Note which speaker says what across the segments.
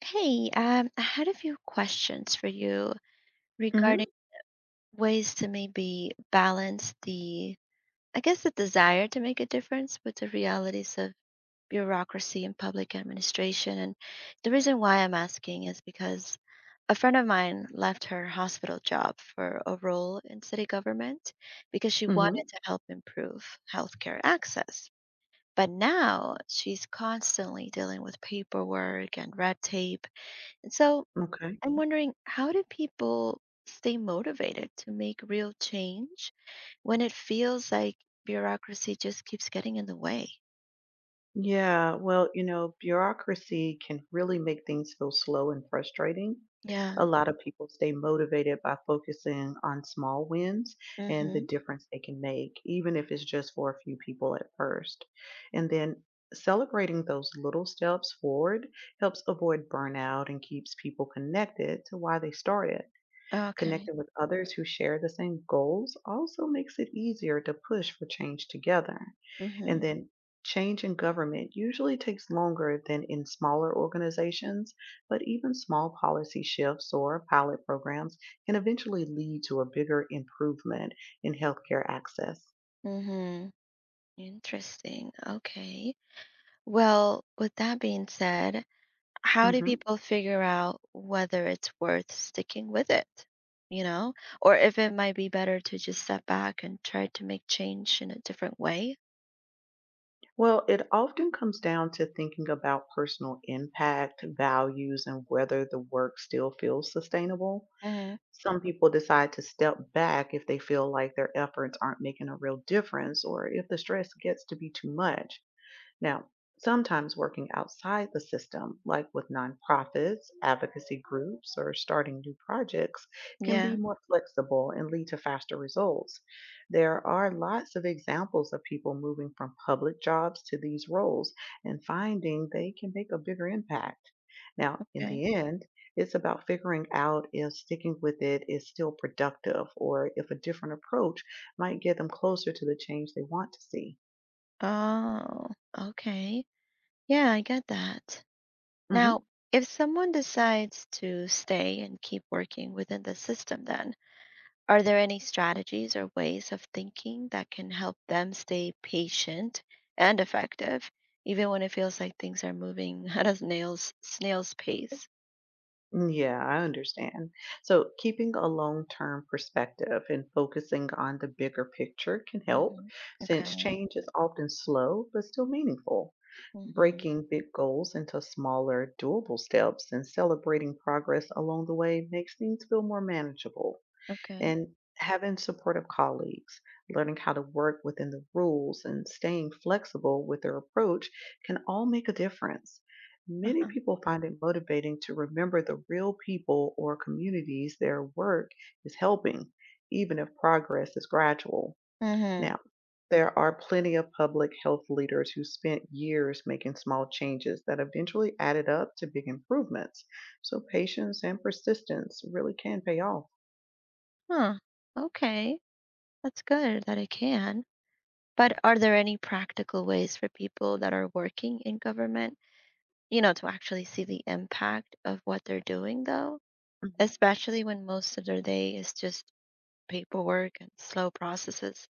Speaker 1: Hey, I had a few questions for you
Speaker 2: Mhm,
Speaker 1: regarding ways to maybe balance the, I guess, the desire to make a difference with the realities of bureaucracy and public administration. And the reason why I'm asking is because a friend of mine left her hospital job for a role in city government because she wanted
Speaker 2: mhm,
Speaker 1: to help improve healthcare access. But now she's constantly dealing with paperwork and red tape. And so
Speaker 2: okay.
Speaker 1: I'm wondering, how do people stay motivated to make real change when it feels like bureaucracy just keeps getting in the way?
Speaker 2: Yeah, well, you know, bureaucracy can really make things feel slow and frustrating.
Speaker 1: Yeah.
Speaker 2: A lot of people stay motivated by focusing on small wins and the
Speaker 1: Mhm.
Speaker 2: difference they can make, even if it's just for a few people at first. And then celebrating those little steps forward helps avoid burnout and keeps people connected to why they started.
Speaker 1: Okay.
Speaker 2: Connecting with others who share the same goals also makes it easier to push for change together. And
Speaker 1: Mhm.
Speaker 2: then change in government usually takes longer than in smaller organizations, but even small policy shifts or pilot programs can eventually lead to a bigger improvement in healthcare access.
Speaker 1: Mhm. Interesting. Okay. Well, with that being said, how do
Speaker 2: Hmm.
Speaker 1: people figure out whether it's worth sticking with it? You know, or if it might be better to just step back and try to make change in a different way?
Speaker 2: Well, it often comes down to thinking about personal impact, values, and whether the work still feels sustainable.
Speaker 1: Mhm.
Speaker 2: Some people decide to step back if they feel like their efforts aren't making a real difference or if the stress gets to be too much. Now, sometimes working outside the system, like with nonprofits, advocacy groups, or starting new projects, can be
Speaker 1: Yeah.
Speaker 2: more flexible and lead to faster results. There are lots of examples of people moving from public jobs to these roles and finding they can make a bigger impact. Now, in
Speaker 1: Okay.
Speaker 2: the end, it's about figuring out if sticking with it is still productive or if a different approach might get them closer to the change they want to see.
Speaker 1: Oh, okay. Yeah, I get that. Now,
Speaker 2: Mhm.
Speaker 1: if someone decides to stay and keep working within the system, then are there any strategies or ways of thinking that can help them stay patient and effective, even when it feels like things are moving at a snail's pace?
Speaker 2: Mm, yeah, I understand. So, keeping a long term perspective and focusing on the bigger picture can help,
Speaker 1: Hmm.
Speaker 2: since
Speaker 1: Okay.
Speaker 2: change is often slow but still meaningful.
Speaker 1: Hmm.
Speaker 2: Breaking big goals into smaller, doable steps and celebrating progress along the way makes things feel more manageable,
Speaker 1: Okay.
Speaker 2: and having supportive colleagues, learning how to work within the rules, and staying flexible with their approach can all make a difference. Many
Speaker 1: Uh-huh.
Speaker 2: people find it motivating to remember the real people or communities their work is helping, even if progress is gradual.
Speaker 1: Hmm.
Speaker 2: Now, there are plenty of public health leaders who spent years making small changes that eventually added up to big improvements. So, patience and persistence really can pay off.
Speaker 1: Huh. Okay. That's good that it can. But are there any practical ways for people that are working in government, to actually see the impact of what they're doing, though? Especially when most of their day is just paperwork and slow processes.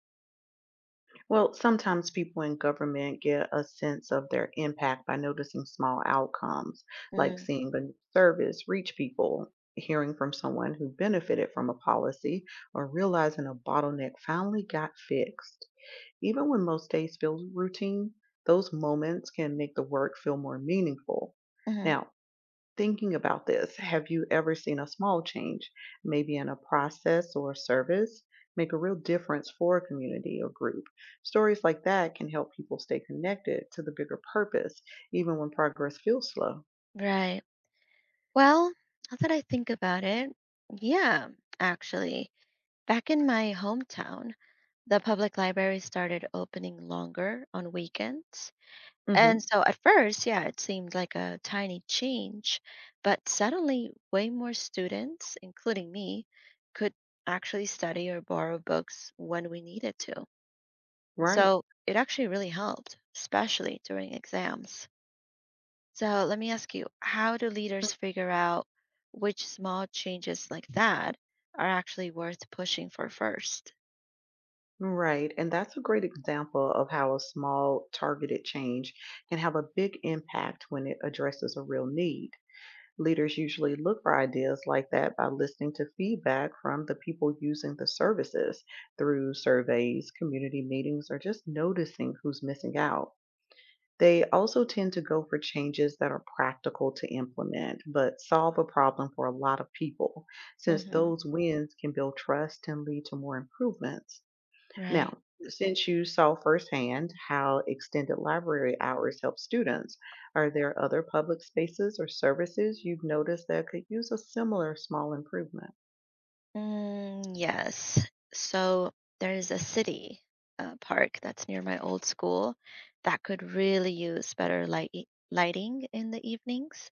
Speaker 2: Well, sometimes people in government get a sense of their impact by noticing small outcomes, like
Speaker 1: Mm,
Speaker 2: seeing a new service reach people, hearing from someone who benefited from a policy, or realizing a bottleneck finally got fixed. Even when most days feel routine, those moments can make the work feel more meaningful.
Speaker 1: mhm.
Speaker 2: Now, thinking about this, have you ever seen a small change, maybe in a process or service, make a real difference for a community or group? Stories like that can help people stay connected to the bigger purpose, even when progress feels slow.
Speaker 1: Right. Well, now that I think about it, yeah, actually, back in my hometown, the public library started opening longer on weekends. And
Speaker 2: Hmm.
Speaker 1: so at first, yeah, it seemed like a tiny change, but suddenly way more students, including me, could actually study or borrow books when we needed to. And
Speaker 2: Right.
Speaker 1: so it actually really helped, especially during exams. So let me ask you, how do leaders figure out which small changes like that are actually worth pushing for 1st?
Speaker 2: Right. And that's a great example of how a small targeted change can have a big impact when it addresses a real need. Leaders usually look for ideas like that by listening to feedback from the people using the services through surveys, community meetings, or just noticing who's missing out. They also tend to go for changes that are practical to implement, but solve a problem for a lot of people, since
Speaker 1: Hmm.
Speaker 2: those wins can build trust and lead to more improvements.
Speaker 1: Right.
Speaker 2: Now, since you saw firsthand how extended library hours help students, are there other public spaces or services you've noticed that could use a similar small improvement?
Speaker 1: Mm, yes. So there's a city park that's near my old school that could really use better lighting in the evenings.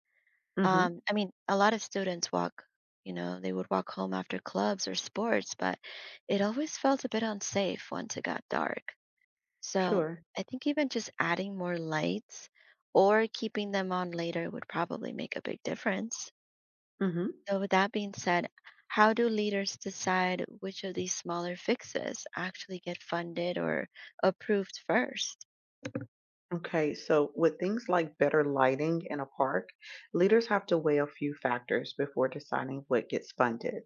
Speaker 2: Mm-hmm.
Speaker 1: I mean, a lot of students walk, they would walk home after clubs or sports, but it always felt a bit unsafe once it got dark. So
Speaker 2: Sure.
Speaker 1: I think even just adding more lights or keeping them on later would probably make a big difference.
Speaker 2: Mm-hmm.
Speaker 1: So, with that being said, how do leaders decide which of these smaller fixes actually get funded or approved first?
Speaker 2: Okay, so with things like better lighting in a park, leaders have to weigh a few factors before deciding what gets funded.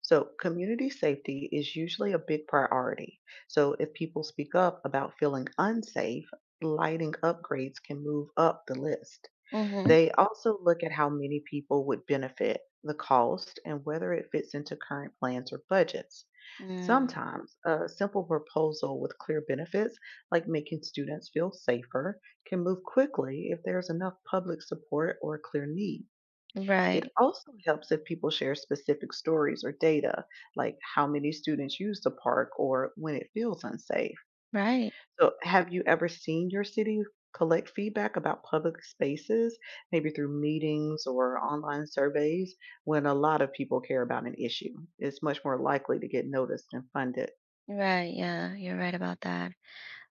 Speaker 2: So, community safety is usually a big priority. So, if people speak up about feeling unsafe, lighting upgrades can move up the list.
Speaker 1: Mm-hmm.
Speaker 2: They also look at how many people would benefit, the cost, and whether it fits into current plans or budgets.
Speaker 1: Mm,
Speaker 2: Sometimes a simple proposal with clear benefits, like making students feel safer, can move quickly if there's enough public support or a clear need.
Speaker 1: right,
Speaker 2: It also helps if people share specific stories or data, like how many students use the park or when it feels unsafe.
Speaker 1: right,
Speaker 2: So, have you ever seen your city collect feedback about public spaces, maybe through meetings or online surveys? When a lot of people care about an issue, it's much more likely to get noticed and funded.
Speaker 1: right. Yeah, you're right about that.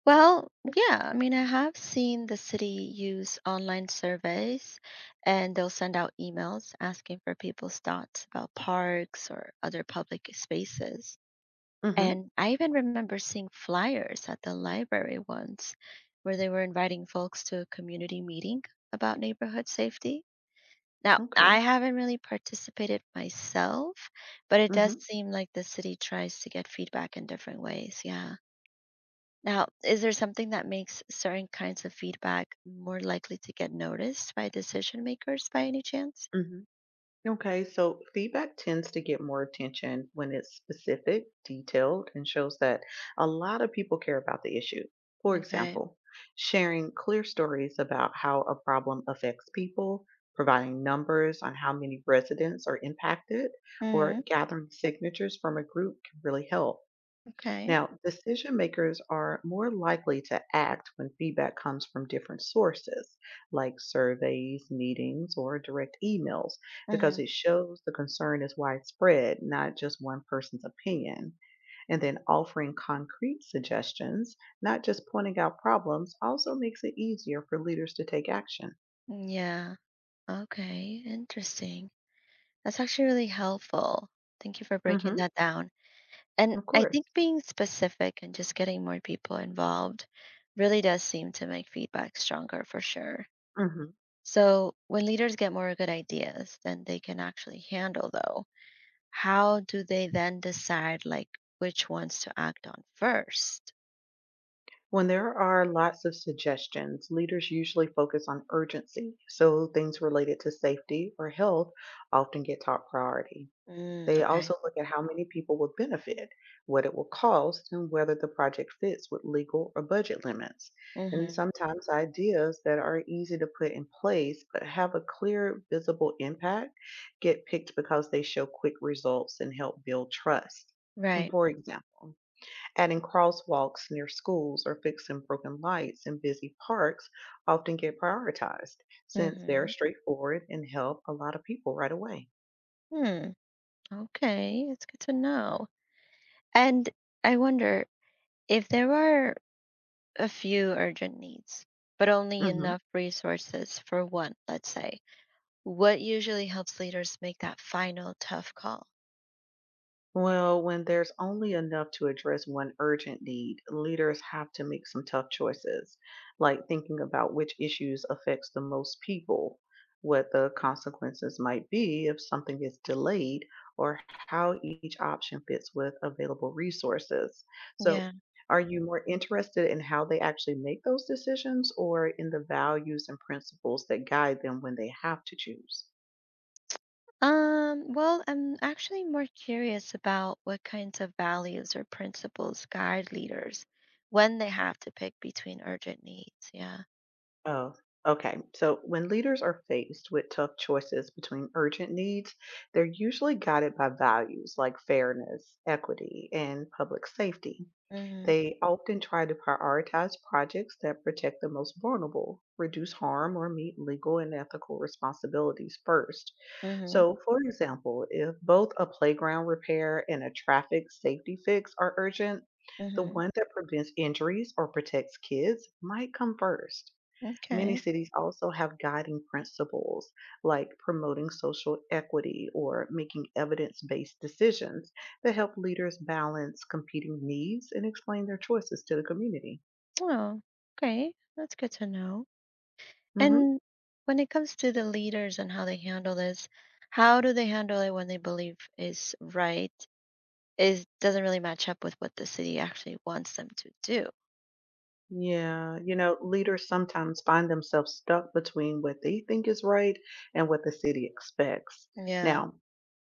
Speaker 1: Well, yeah, I mean, I have seen the city use online surveys and they'll send out emails asking for people's thoughts about parks or other public spaces.
Speaker 2: Hmm.
Speaker 1: And I even remember seeing flyers at the library once where they were inviting folks to a community meeting about neighborhood safety. Now,
Speaker 2: Okay.
Speaker 1: I haven't really participated myself, but it
Speaker 2: hmm
Speaker 1: does seem like the city tries to get feedback in different ways. Yeah. Now, is there something that makes certain kinds of feedback more likely to get noticed by decision makers by any chance?
Speaker 2: hmm. Okay, so feedback tends to get more attention when it's specific, detailed, and shows that a lot of people care about the issue. For
Speaker 1: Okay.
Speaker 2: example, sharing clear stories about how a problem affects people, providing numbers on how many residents are impacted, or
Speaker 1: Hmm.
Speaker 2: gathering signatures from a group can really help.
Speaker 1: Okay.
Speaker 2: Now, decision makers are more likely to act when feedback comes from different sources, like surveys, meetings, or direct emails,
Speaker 1: Hmm.
Speaker 2: because it shows the concern is widespread, not just one person's opinion. And then offering concrete suggestions, not just pointing out problems, also makes it easier for leaders to take action.
Speaker 1: Yeah. Okay. Interesting. That's actually really helpful. Thank you for breaking
Speaker 2: Hmm.
Speaker 1: that down. And
Speaker 2: Of
Speaker 1: I
Speaker 2: course.
Speaker 1: think being specific and just getting more people involved really does seem to make feedback stronger for sure.
Speaker 2: Hmm.
Speaker 1: So when leaders get more good ideas than they can actually handle, though, how do they then decide, like, which ones to act on first?
Speaker 2: When there are lots of suggestions, leaders usually focus on urgency, so things related to safety or health often get top priority.
Speaker 1: Mm,
Speaker 2: They also
Speaker 1: okay.
Speaker 2: look at how many people will benefit, what it will cost, and whether the project fits with legal or budget limits. And
Speaker 1: Mm-hmm.
Speaker 2: sometimes ideas that are easy to put in place but have a clear, visible impact get picked because they show quick results and help build trust.
Speaker 1: Right.
Speaker 2: For example, adding crosswalks near schools or fixing broken lights in busy parks often get prioritized since they're
Speaker 1: Mm-hmm.
Speaker 2: straightforward and help a lot of people right away.
Speaker 1: Hmm. Okay. It's good to know. And I wonder, if there are a few urgent needs, but only
Speaker 2: Mhm.
Speaker 1: enough resources for one, let's say. What usually helps leaders make that final tough call?
Speaker 2: Well, when there's only enough to address one urgent need, leaders have to make some tough choices, like thinking about which issues affects the most people, what the consequences might be if something is delayed, or how each option fits with available resources. So,
Speaker 1: Yeah.
Speaker 2: are you more interested in how they actually make those decisions or in the values and principles that guide them when they have to choose?
Speaker 1: Well, I'm actually more curious about what kinds of values or principles guide leaders when they have to pick between urgent needs. Yeah.
Speaker 2: Oh, okay. So when leaders are faced with tough choices between urgent needs, they're usually guided by values like fairness, equity, and public safety.
Speaker 1: Mm-hmm.
Speaker 2: They often try to prioritize projects that protect the most vulnerable, reduce harm, or meet legal and ethical responsibilities first.
Speaker 1: Mm-hmm.
Speaker 2: So, for example, if both a playground repair and a traffic safety fix are urgent, the
Speaker 1: Mm-hmm.
Speaker 2: one that prevents injuries or protects kids might come first. Many
Speaker 1: Okay.
Speaker 2: cities also have guiding principles like promoting social equity or making evidence based decisions that help leaders balance competing needs and explain their choices to the community.
Speaker 1: Oh, okay. That's good to know.
Speaker 2: Hmm.
Speaker 1: And when it comes to the leaders and how they handle this, how do they handle it when they believe is right, is doesn't really match up with what the city actually wants them to do?
Speaker 2: Yeah, you know, leaders sometimes find themselves stuck between what they think is right and what the city expects.
Speaker 1: Yeah.
Speaker 2: Now,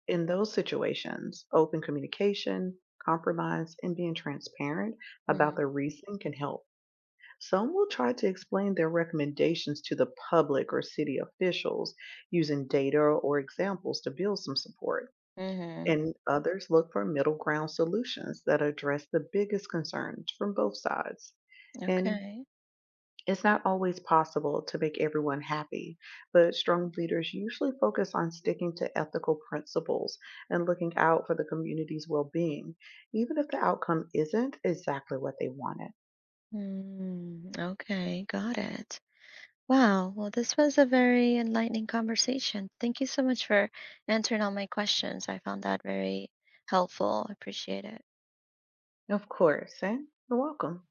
Speaker 2: in those situations, open communication, compromise, and being transparent about
Speaker 1: Mm-hmm.
Speaker 2: the reason can help. Some will try to explain their recommendations to the public or city officials using data or examples to build some support.
Speaker 1: Mm-hmm.
Speaker 2: And others look for middle ground solutions that address the biggest concerns from both sides. And
Speaker 1: Okay.
Speaker 2: it's not always possible to make everyone happy, but strong leaders usually focus on sticking to ethical principles and looking out for the community's well being, even if the outcome isn't exactly what they wanted.
Speaker 1: Mm, okay, got it. Wow. Well, this was a very enlightening conversation. Thank you so much for answering all my questions. I found that very helpful. I appreciate it.
Speaker 2: Of course, and you're welcome.